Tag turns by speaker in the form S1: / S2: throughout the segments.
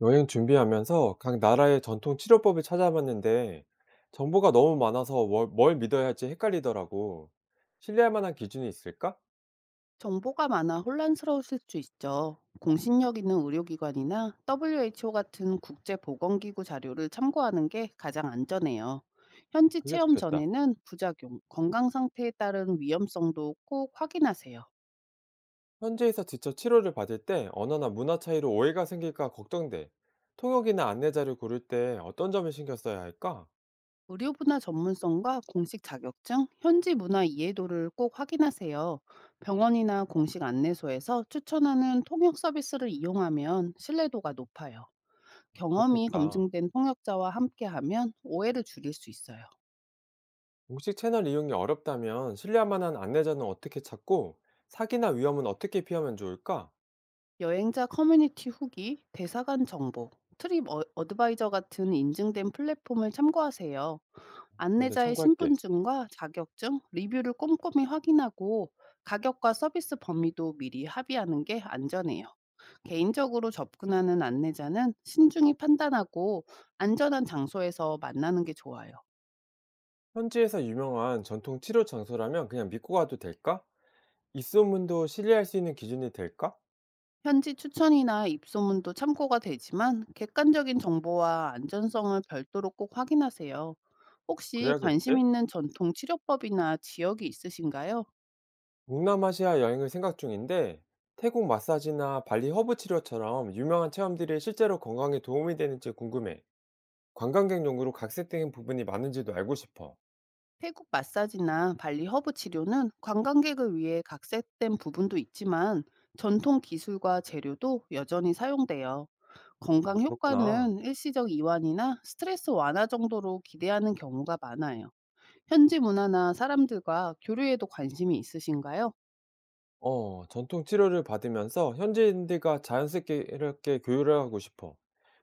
S1: 여행 준비하면서 각 나라의 전통 치료법을 찾아봤는데 정보가 너무 많아서 뭘 믿어야 할지 헷갈리더라고. 신뢰할 만한 기준이 있을까?
S2: 정보가 많아 혼란스러우실 수 있죠. 공신력 있는 의료기관이나 WHO 같은 국제보건기구 자료를 참고하는 게 가장 안전해요. 현지
S1: 그게
S2: 체험
S1: 좋겠다.
S2: 전에는 부작용, 건강 상태에 따른 위험성도 꼭 확인하세요.
S1: 현지에서 직접 치료를 받을 때 언어나 문화 차이로 오해가 생길까 걱정돼. 통역이나 안내자를 고를 때 어떤 점을 신경 써야 할까?
S2: 의료 분야 전문성과 공식 자격증, 현지 문화 이해도를 꼭 확인하세요. 병원이나 공식 안내소에서 추천하는 통역 서비스를 이용하면 신뢰도가 높아요. 경험이
S1: 그렇겠다.
S2: 검증된 통역자와 함께하면 오해를 줄일 수 있어요.
S1: 공식 채널 이용이 어렵다면 신뢰할 만한 안내자는 어떻게 찾고 사기나 위험은 어떻게 피하면 좋을까?
S2: 여행자 커뮤니티 후기, 대사관 정보, 트립 어드바이저 같은 인증된 플랫폼을 참고하세요.
S1: 그런데
S2: 안내자의
S1: 참고할게.
S2: 신분증과 자격증, 리뷰를 꼼꼼히 확인하고 가격과 서비스 범위도 미리 합의하는 게 안전해요. 개인적으로 접근하는 안내자는 신중히 판단하고 안전한 장소에서 만나는 게 좋아요.
S1: 현지에서 유명한 전통 치료 장소라면 그냥 믿고 가도 될까? 이 소문도 신뢰할 수 있는 기준이 될까?
S2: 현지 추천이나 입소문도 참고가 되지만 객관적인 정보와 안전성을 별도로 꼭 확인하세요. 혹시 관심
S1: 그래야겠지?
S2: 있는 전통 치료법이나 지역이 있으신가요?
S1: 동남아시아 여행을 생각 중인데 태국 마사지나 발리 허브 치료처럼 유명한 체험들이 실제로 건강에 도움이 되는지 궁금해. 관광객 용으로 각색된 부분이 많은지도 알고 싶어.
S2: 태국 마사지나 발리 허브 치료는 관광객을 위해 각색된 부분도 있지만 전통 기술과 재료도 여전히 사용돼요.
S1: 아,
S2: 건강
S1: 그렇구나.
S2: 효과는 일시적 이완이나 스트레스 완화 정도로 기대하는 경우가 많아요. 현지 문화나 사람들과 교류에도 관심이 있으신가요?
S1: 전통 치료를 받으면서 현지인들과 자연스럽게 이렇게 교류를 하고 싶어.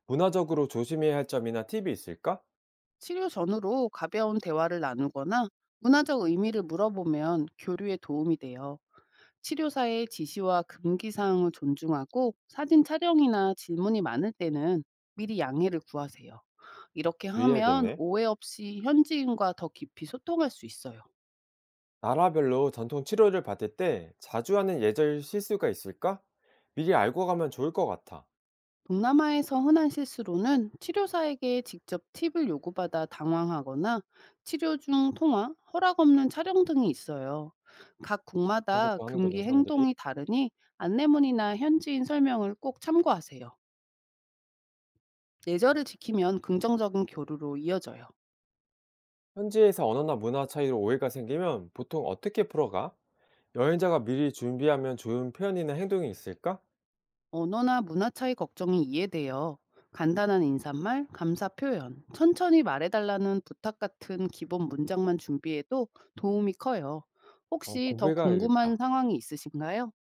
S1: 문화적으로 조심해야 할 점이나 팁이 있을까?
S2: 치료 전후로 가벼운 대화를 나누거나 문화적 의미를 물어보면 교류에 도움이 돼요. 치료사의 지시와 금기 사항을 존중하고 사진 촬영이나 질문이 많을 때는 미리 양해를 구하세요. 이렇게 하면
S1: 주의해야겠네.
S2: 오해 없이 현지인과 더 깊이 소통할 수 있어요.
S1: 나라별로 전통 치료를 받을 때 자주 하는 예절 실수가 있을까? 미리 알고 가면 좋을 것 같아.
S2: 동남아에서 흔한 실수로는 치료사에게 직접 팁을 요구받아 당황하거나 치료 중 통화, 허락 없는 촬영 등이 있어요. 각
S1: 그런
S2: 국마다
S1: 것도 하는구나,
S2: 금기
S1: 사람들이.
S2: 행동이 다르니 안내문이나 현지인 설명을 꼭 참고하세요. 예절을 지키면 긍정적인 교류로 이어져요.
S1: 현지에서 언어나 문화 차이로 오해가 생기면 보통 어떻게 풀어가? 여행자가 미리 준비하면 좋은 표현이나 행동이 있을까?
S2: 언어나 문화 차이 걱정이 이해돼요. 간단한 인사말, 감사 표현, 천천히 말해달라는 부탁 같은 기본 문장만 준비해도 도움이 커요. 혹시 더 궁금한
S1: 공부해가야겠다.
S2: 상황이 있으신가요?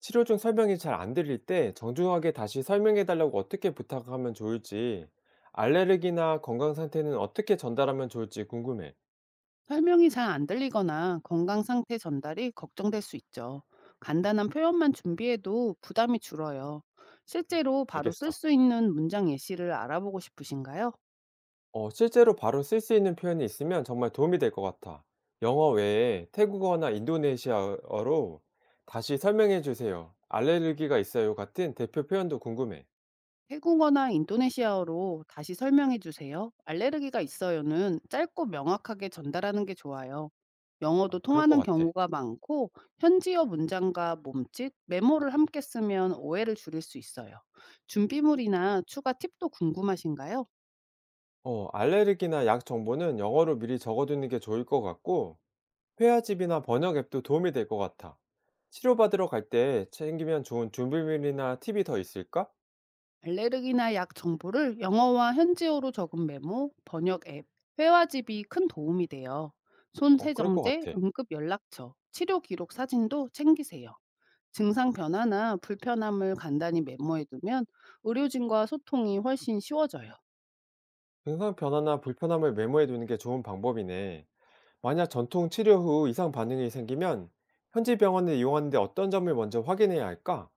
S1: 치료 중 설명이 잘 안 들릴 때 정중하게 다시 설명해달라고 어떻게 부탁하면 좋을지, 알레르기나 건강 상태는 어떻게 전달하면 좋을지 궁금해.
S2: 설명이 잘 안 들리거나 건강 상태 전달이 걱정될 수 있죠. 간단한 표현만 준비해도 부담이 줄어요. 실제로 바로 쓸
S1: 알겠어.
S2: 수 있는 문장 예시를 알아보고 싶으신가요?
S1: 실제로 바로 쓸 수 있는 표현이 있으면 정말 도움이 될 것 같아. 영어 외에 태국어나 인도네시아어로 다시 설명해 주세요. 알레르기가 있어요 같은 대표 표현도 궁금해.
S2: 태국어나 인도네시아어로 다시 설명해 주세요. 알레르기가 있어요는 짧고 명확하게 전달하는 게 좋아요. 영어도
S1: 그럴 것
S2: 통하는
S1: 같아.
S2: 경우가 많고 현지어 문장과 몸짓, 메모를 함께 쓰면 오해를 줄일 수 있어요. 준비물이나 추가 팁도 궁금하신가요?
S1: 알레르기나 약 정보는 영어로 미리 적어두는 게 좋을 것 같고, 회화집이나 번역 앱도 도움이 될 것 같아. 치료받으러 갈 때 챙기면 좋은 준비물이나 팁이 더 있을까?
S2: 알레르기나 약 정보를 영어와 현지어로 적은 메모, 번역 앱, 회화집이 큰 도움이 돼요. 손
S1: 그럴 것
S2: 세정제,
S1: 같아.
S2: 응급 연락처, 치료 기록 사진도 챙기세요. 증상 변화나 불편함을 간단히 메모해 두면 의료진과 소통이 훨씬 쉬워져요.
S1: 증상 변화나 불편함을 메모해 두는 게 좋은 방법이네. 만약 전통 치료 후 이상 반응이 생기면 현지 병원을 이용하는데 어떤 점을 먼저 확인해야 할까?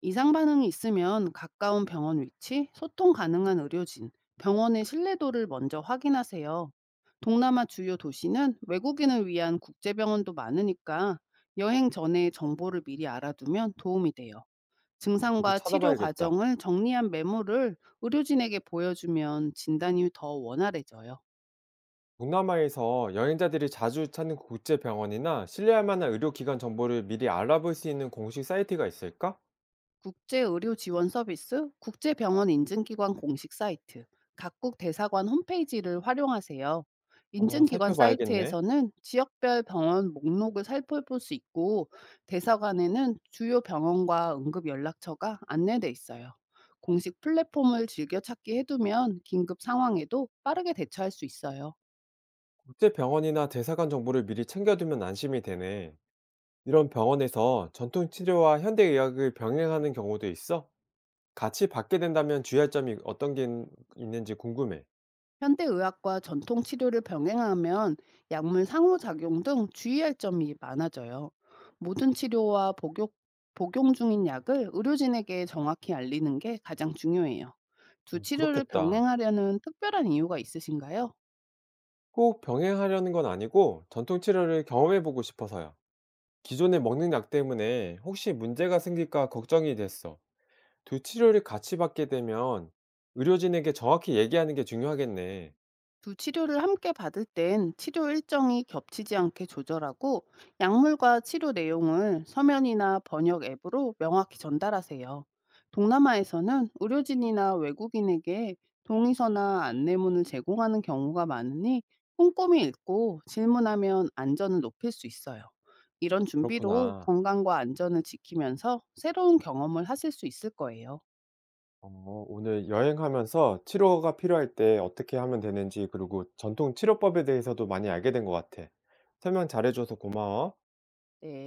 S2: 이상 반응이 있으면 가까운 병원 위치, 소통 가능한 의료진, 병원의 신뢰도를 먼저 확인하세요. 동남아 주요 도시는 외국인을 위한 국제병원도 많으니까 여행 전에 정보를 미리 알아두면 도움이 돼요.
S1: 미리
S2: 증상과 치료
S1: 찾아봐야겠다.
S2: 과정을 정리한 메모를 의료진에게 보여주면 진단이 더 원활해져요.
S1: 동남아에서 여행자들이 자주 찾는 국제 병원이나 신뢰할 만한 의료기관 정보를 미리 알아볼 수 있는 공식 사이트가 있을까?
S2: 국제의료지원서비스, 국제병원 인증기관 공식 사이트, 각국 대사관 홈페이지를 활용하세요. 인증기관
S1: 살펴봐야겠네.
S2: 사이트에서는 지역별 병원 목록을 살펴볼 수 있고, 대사관에는 주요 병원과 응급연락처가 안내돼 있어요. 공식 플랫폼을 즐겨 찾기 해두면 긴급 상황에도 빠르게 대처할 수 있어요.
S1: 국제 병원이나 대사관 정보를 미리 챙겨두면 안심이 되네. 이런 병원에서 전통 치료와 현대 의학을 병행하는 경우도 있어? 같이 받게 된다면 주의할 점이 어떤 게 있- 있는지 궁금해.
S2: 현대의학과 전통 치료를 병행하면 약물 상호작용 등 주의할 점이 많아져요. 모든 치료와 복용, 복용 중인 약을 의료진에게 정확히 알리는 게 가장 중요해요. 두 치료를
S1: 그렇겠다.
S2: 병행하려는 특별한 이유가 있으신가요?
S1: 꼭 병행하려는 건 아니고 전통 치료를 경험해 보고 싶어서요. 기존에 먹는 약 때문에 혹시 문제가 생길까 걱정이 됐어. 두 치료를 같이 받게 되면 의료진에게 정확히 얘기하는 게 중요하겠네.
S2: 두 치료를 함께 받을 땐 치료 일정이 겹치지 않게 조절하고 약물과 치료 내용을 서면이나 번역 앱으로 명확히 전달하세요. 동남아에서는 의료진이나 외국인에게 동의서나 안내문을 제공하는 경우가 많으니 꼼꼼히 읽고 질문하면 안전을 높일 수 있어요. 이런 준비로
S1: 그렇구나.
S2: 건강과 안전을 지키면서 새로운 경험을 하실 수 있을 거예요.
S1: 어, 오늘 여행하면서 치료가 필요할 때 어떻게 하면 되는지, 그리고 전통 치료법에 대해서도 많이 알게 된 것 같아. 설명 잘해줘서 고마워.
S2: 네.